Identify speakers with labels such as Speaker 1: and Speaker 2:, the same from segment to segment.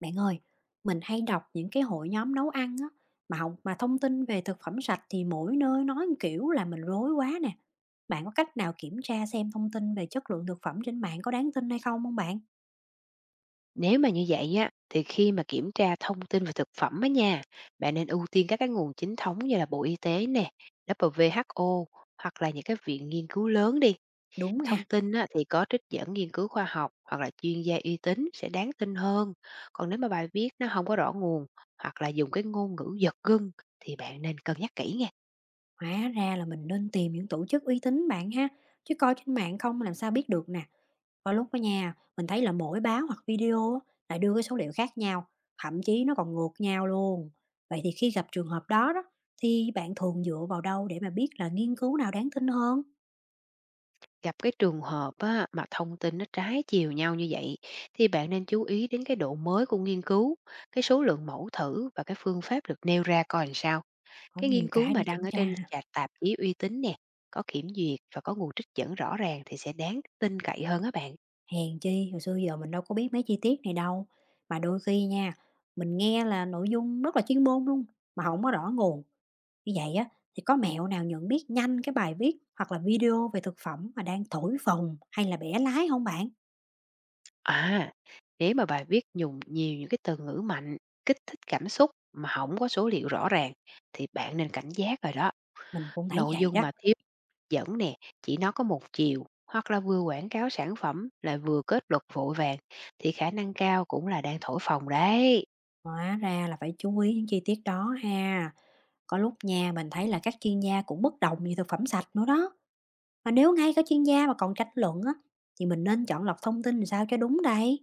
Speaker 1: Bạn ơi, mình hay đọc những cái hội nhóm nấu ăn á, mà thông tin về thực phẩm sạch thì mỗi nơi nói một kiểu là mình rối quá nè. Bạn có cách nào kiểm tra xem thông tin về chất lượng thực phẩm trên mạng có đáng tin hay không không bạn?
Speaker 2: Nếu mà như vậy á, thì khi mà kiểm tra thông tin về thực phẩm á nha, bạn nên ưu tiên các cái nguồn chính thống như là Bộ Y tế nè, WHO hoặc là những cái viện nghiên cứu lớn đi.
Speaker 1: Đúng
Speaker 2: Thông
Speaker 1: ha,
Speaker 2: tin á, thì có trích dẫn nghiên cứu khoa học hoặc là chuyên gia uy tín sẽ đáng tin hơn. Còn nếu mà bài viết nó không có rõ nguồn hoặc là dùng cái ngôn ngữ giật gân thì bạn nên cân nhắc kỹ nha.
Speaker 1: hóa ra là mình nên tìm những tổ chức uy tín bạn ha, chứ coi trên mạng không làm sao biết được nè. Có lúc đó nha, mình thấy là mỗi báo hoặc video á, lại đưa cái số liệu khác nhau, thậm chí nó còn ngược nhau luôn. Vậy thì khi gặp trường hợp đó đó, thì bạn thường dựa vào đâu để mà biết là nghiên cứu nào đáng tin hơn?
Speaker 2: Gặp cái trường hợp á, mà thông tin nó trái chiều nhau như vậy thì bạn nên chú ý đến cái độ mới của nghiên cứu, cái số lượng mẫu thử và cái phương pháp được nêu ra coi làm sao.
Speaker 1: Có
Speaker 2: Cái nghiên
Speaker 1: nhiều
Speaker 2: cứu
Speaker 1: cái
Speaker 2: mà
Speaker 1: để
Speaker 2: đăng
Speaker 1: kiểm
Speaker 2: ở
Speaker 1: tra
Speaker 2: trên
Speaker 1: ha.
Speaker 2: tạp chí uy tín nè, có kiểm duyệt và có nguồn trích dẫn rõ ràng thì sẽ đáng tin cậy hơn á bạn.
Speaker 1: Hèn chi, hồi xưa giờ mình đâu có biết mấy chi tiết này đâu. Mà đôi khi nha, mình nghe là nội dung rất là chuyên môn luôn, mà không có rõ nguồn. Như vậy á, thì có mẹo nào nhận biết nhanh cái bài viết hoặc là video về thực phẩm mà đang thổi phồng hay là bẻ lái không bạn?
Speaker 2: À, nếu mà bài viết dùng nhiều những cái từ ngữ mạnh, kích thích cảm xúc mà không có số liệu rõ ràng thì bạn nên cảnh giác rồi đó.
Speaker 1: Mình cũng thấy
Speaker 2: Nội
Speaker 1: vậy
Speaker 2: dung
Speaker 1: đó.
Speaker 2: mà thiếu dẫn nè, chỉ nó có một chiều hoặc là vừa quảng cáo sản phẩm lại vừa kết luật vội vàng thì khả năng cao cũng là đang thổi phồng đấy.
Speaker 1: Hóa ra là phải chú ý những chi tiết đó ha. Có lúc nha, mình thấy là các chuyên gia cũng bất đồng về thực phẩm sạch nữa đó. Mà nếu ngay cả chuyên gia mà còn tranh luận á, thì mình nên chọn lọc thông tin làm sao cho đúng đây.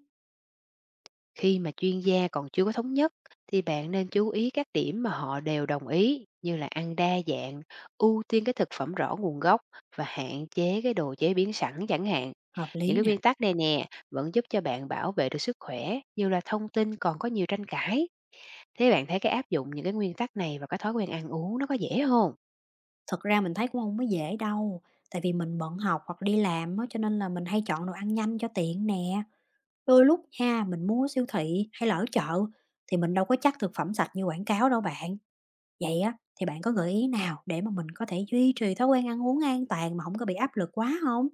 Speaker 2: Khi mà chuyên gia còn chưa có thống nhất thì bạn nên chú ý các điểm mà họ đều đồng ý, như là ăn đa dạng, ưu tiên cái thực phẩm rõ nguồn gốc và hạn chế cái đồ chế biến sẵn chẳng hạn.
Speaker 1: Hợp
Speaker 2: Những
Speaker 1: lý
Speaker 2: cái nguyên
Speaker 1: nè.
Speaker 2: tắc này nè vẫn giúp cho bạn bảo vệ được sức khỏe, như là thông tin còn có nhiều tranh cãi. Thế bạn thấy cái áp dụng những cái nguyên tắc này vào cái thói quen ăn uống nó có dễ không?
Speaker 1: Thật ra mình thấy cũng không có dễ đâu. Tại vì mình bận học hoặc đi làm á, cho nên là mình hay chọn đồ ăn nhanh cho tiện nè. Đôi lúc ha, mình mua siêu thị hay là ở chợ thì mình đâu có chắc thực phẩm sạch như quảng cáo đâu bạn. Vậy á, thì bạn có gợi ý nào để mà mình có thể duy trì thói quen ăn uống an toàn mà hổng có bị áp lực quá không?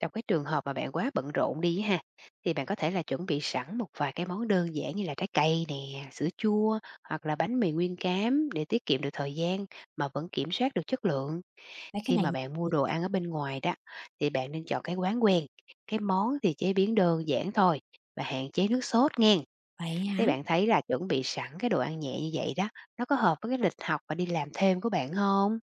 Speaker 2: Trong cái trường hợp mà bạn quá bận rộn đi á ha, thì bạn có thể là chuẩn bị sẵn một vài cái món đơn giản như là trái cây nè, sữa chua hoặc là bánh mì nguyên cám để tiết kiệm được thời gian mà vẫn kiểm soát được chất lượng.
Speaker 1: Mấy cái
Speaker 2: Khi
Speaker 1: này
Speaker 2: mà bạn mua đồ ăn ở bên ngoài đó, thì bạn nên chọn cái quán quen, cái món thì chế biến đơn giản thôi và hạn chế nước sốt nghe.
Speaker 1: vậy
Speaker 2: Thế
Speaker 1: hả?
Speaker 2: bạn thấy là chuẩn bị sẵn cái đồ ăn nhẹ như vậy đó, nó có hợp với cái lịch học và đi làm thêm của bạn không?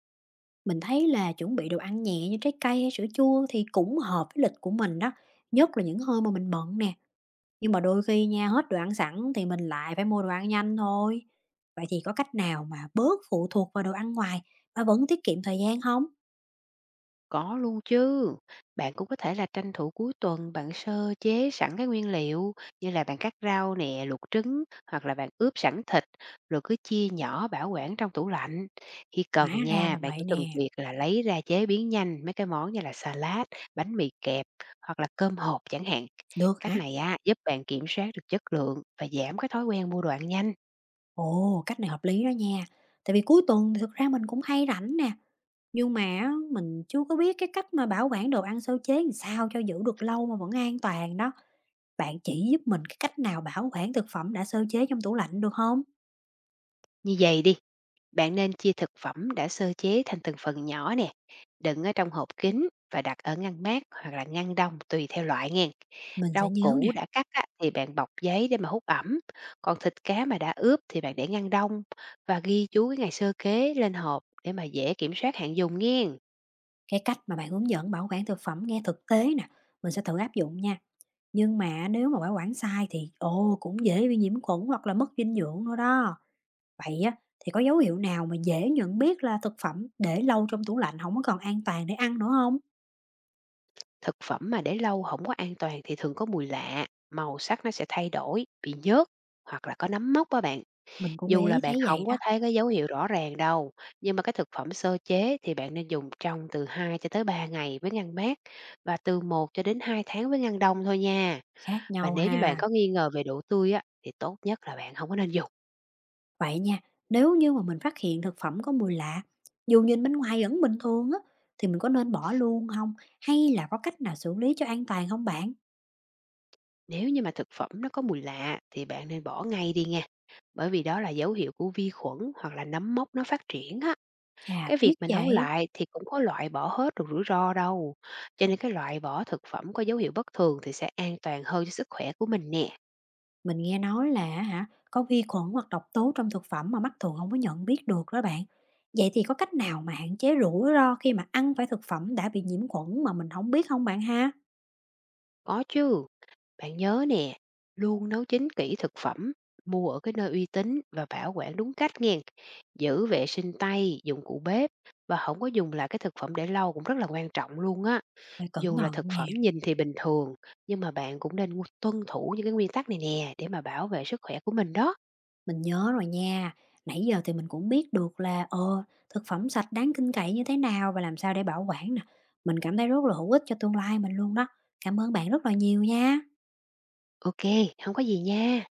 Speaker 1: Mình thấy là chuẩn bị đồ ăn nhẹ như trái cây hay sữa chua thì cũng hợp với lịch của mình đó, nhất là những hôm mà mình bận nè, nhưng mà đôi khi nha, hết đồ ăn sẵn thì mình lại phải mua đồ ăn nhanh thôi. Vậy thì có cách nào mà bớt phụ thuộc vào đồ ăn ngoài mà vẫn tiết kiệm thời gian không?
Speaker 2: Có luôn chứ. Bạn cũng có thể là tranh thủ cuối tuần bạn sơ chế sẵn cái nguyên liệu, như là bạn cắt rau nè, luộc trứng hoặc là bạn ướp sẵn thịt, rồi cứ chia nhỏ bảo quản trong tủ lạnh. Khi
Speaker 1: Hóa
Speaker 2: cần
Speaker 1: ra
Speaker 2: nha,
Speaker 1: là
Speaker 2: bạn chỉ
Speaker 1: vậy
Speaker 2: cần
Speaker 1: nè.
Speaker 2: việc là lấy ra chế biến nhanh mấy cái món như là salad, bánh mì kẹp hoặc là cơm hộp chẳng hạn.
Speaker 1: Được
Speaker 2: Cách
Speaker 1: hả?
Speaker 2: này á giúp bạn kiểm soát được chất lượng và giảm cái thói quen mua đồ ăn nhanh.
Speaker 1: Ồ, cách này hợp lý đó nha, tại vì cuối tuần thì thực ra mình cũng hay rảnh nè. Nhưng mà á, mình chưa có biết cái cách mà bảo quản đồ ăn sơ chế làm sao cho giữ được lâu mà vẫn an toàn đó. Bạn chỉ giúp mình cái cách nào bảo quản thực phẩm đã sơ chế trong tủ lạnh được không?
Speaker 2: Như vậy đi. Bạn nên chia thực phẩm đã sơ chế thành từng phần nhỏ nè, đựng ở trong hộp kín và đặt ở ngăn mát hoặc là ngăn đông tùy theo loại nghe.
Speaker 1: Mình
Speaker 2: Rau
Speaker 1: sẽ nhớ
Speaker 2: củ
Speaker 1: nè,
Speaker 2: đã cắt á, thì bạn bọc giấy để mà hút ẩm, còn thịt cá mà đã ướp thì bạn để ngăn đông và ghi chú cái ngày sơ chế lên hộp để mà dễ kiểm soát hạn dùng nghe.
Speaker 1: cái cách mà bạn hướng dẫn bảo quản thực phẩm nghe thực tế nè, mình sẽ thử áp dụng nha. Nhưng mà nếu mà bảo quản sai thì, ồ, cũng dễ bị nhiễm khuẩn hoặc là mất dinh dưỡng nữa đó. Vậy á, thì có dấu hiệu nào mà dễ nhận biết là thực phẩm để lâu trong tủ lạnh không có còn an toàn để ăn nữa không?
Speaker 2: Thực phẩm mà để lâu không có an toàn thì thường có mùi lạ, màu sắc nó sẽ thay đổi, bị nhớt hoặc là có nấm mốc đó bạn.
Speaker 1: Mình cũng để
Speaker 2: Dù là
Speaker 1: ý
Speaker 2: bạn
Speaker 1: thấy vậy
Speaker 2: không có
Speaker 1: đó,
Speaker 2: thấy cái dấu hiệu rõ ràng đâu, nhưng mà cái thực phẩm sơ chế thì bạn nên dùng trong từ 2 cho tới 3 ngày với ngăn mát, và từ 1 cho đến 2 tháng với ngăn đông thôi nha.
Speaker 1: khác
Speaker 2: Và
Speaker 1: nhau
Speaker 2: nếu như bạn
Speaker 1: ha.
Speaker 2: có nghi ngờ về độ tươi á, thì tốt nhất là bạn không có nên dùng.
Speaker 1: Vậy nha, nếu như mà mình phát hiện thực phẩm có mùi lạ, dù nhìn bên ngoài vẫn bình thường á, thì mình có nên bỏ luôn không? Hay là có cách nào xử lý cho an toàn không bạn?
Speaker 2: Nếu như mà thực phẩm nó có mùi lạ thì bạn nên bỏ ngay đi nha, bởi vì đó là dấu hiệu của vi khuẩn hoặc là nấm mốc nó phát triển á.
Speaker 1: Chà,
Speaker 2: Cái
Speaker 1: tiếc
Speaker 2: việc mà nấu
Speaker 1: vậy.
Speaker 2: lại thì cũng có loại bỏ hết được rủi ro đâu, cho nên cái loại bỏ thực phẩm có dấu hiệu bất thường thì sẽ an toàn hơn cho sức khỏe của mình nè.
Speaker 1: Mình nghe nói là hả, có vi khuẩn hoặc độc tố trong thực phẩm mà mắt thường không có nhận biết được đó bạn. Vậy thì có cách nào mà hạn chế rủi ro khi mà ăn phải thực phẩm đã bị nhiễm khuẩn mà mình không biết không bạn ha?
Speaker 2: Có chứ, bạn nhớ nè, luôn nấu chín kỹ thực phẩm, mua ở cái nơi uy tín và bảo quản đúng cách nghe. Giữ vệ sinh tay, dụng cụ bếp và không có dùng lại cái thực phẩm để lâu cũng rất là quan trọng luôn á.
Speaker 1: Phải cẩn
Speaker 2: Dù là
Speaker 1: thận
Speaker 2: thực phẩm
Speaker 1: nè.
Speaker 2: nhìn thì bình thường, nhưng mà bạn cũng nên tuân thủ những cái nguyên tắc này nè để mà bảo vệ sức khỏe của mình đó.
Speaker 1: Mình nhớ rồi nha. Nãy giờ thì mình cũng biết được là, thực phẩm sạch đáng tin cậy như thế nào và làm sao để bảo quản nè. Mình cảm thấy rất là hữu ích cho tương lai mình luôn đó. Cảm ơn bạn rất là nhiều nha.
Speaker 2: Ok, không có gì nha.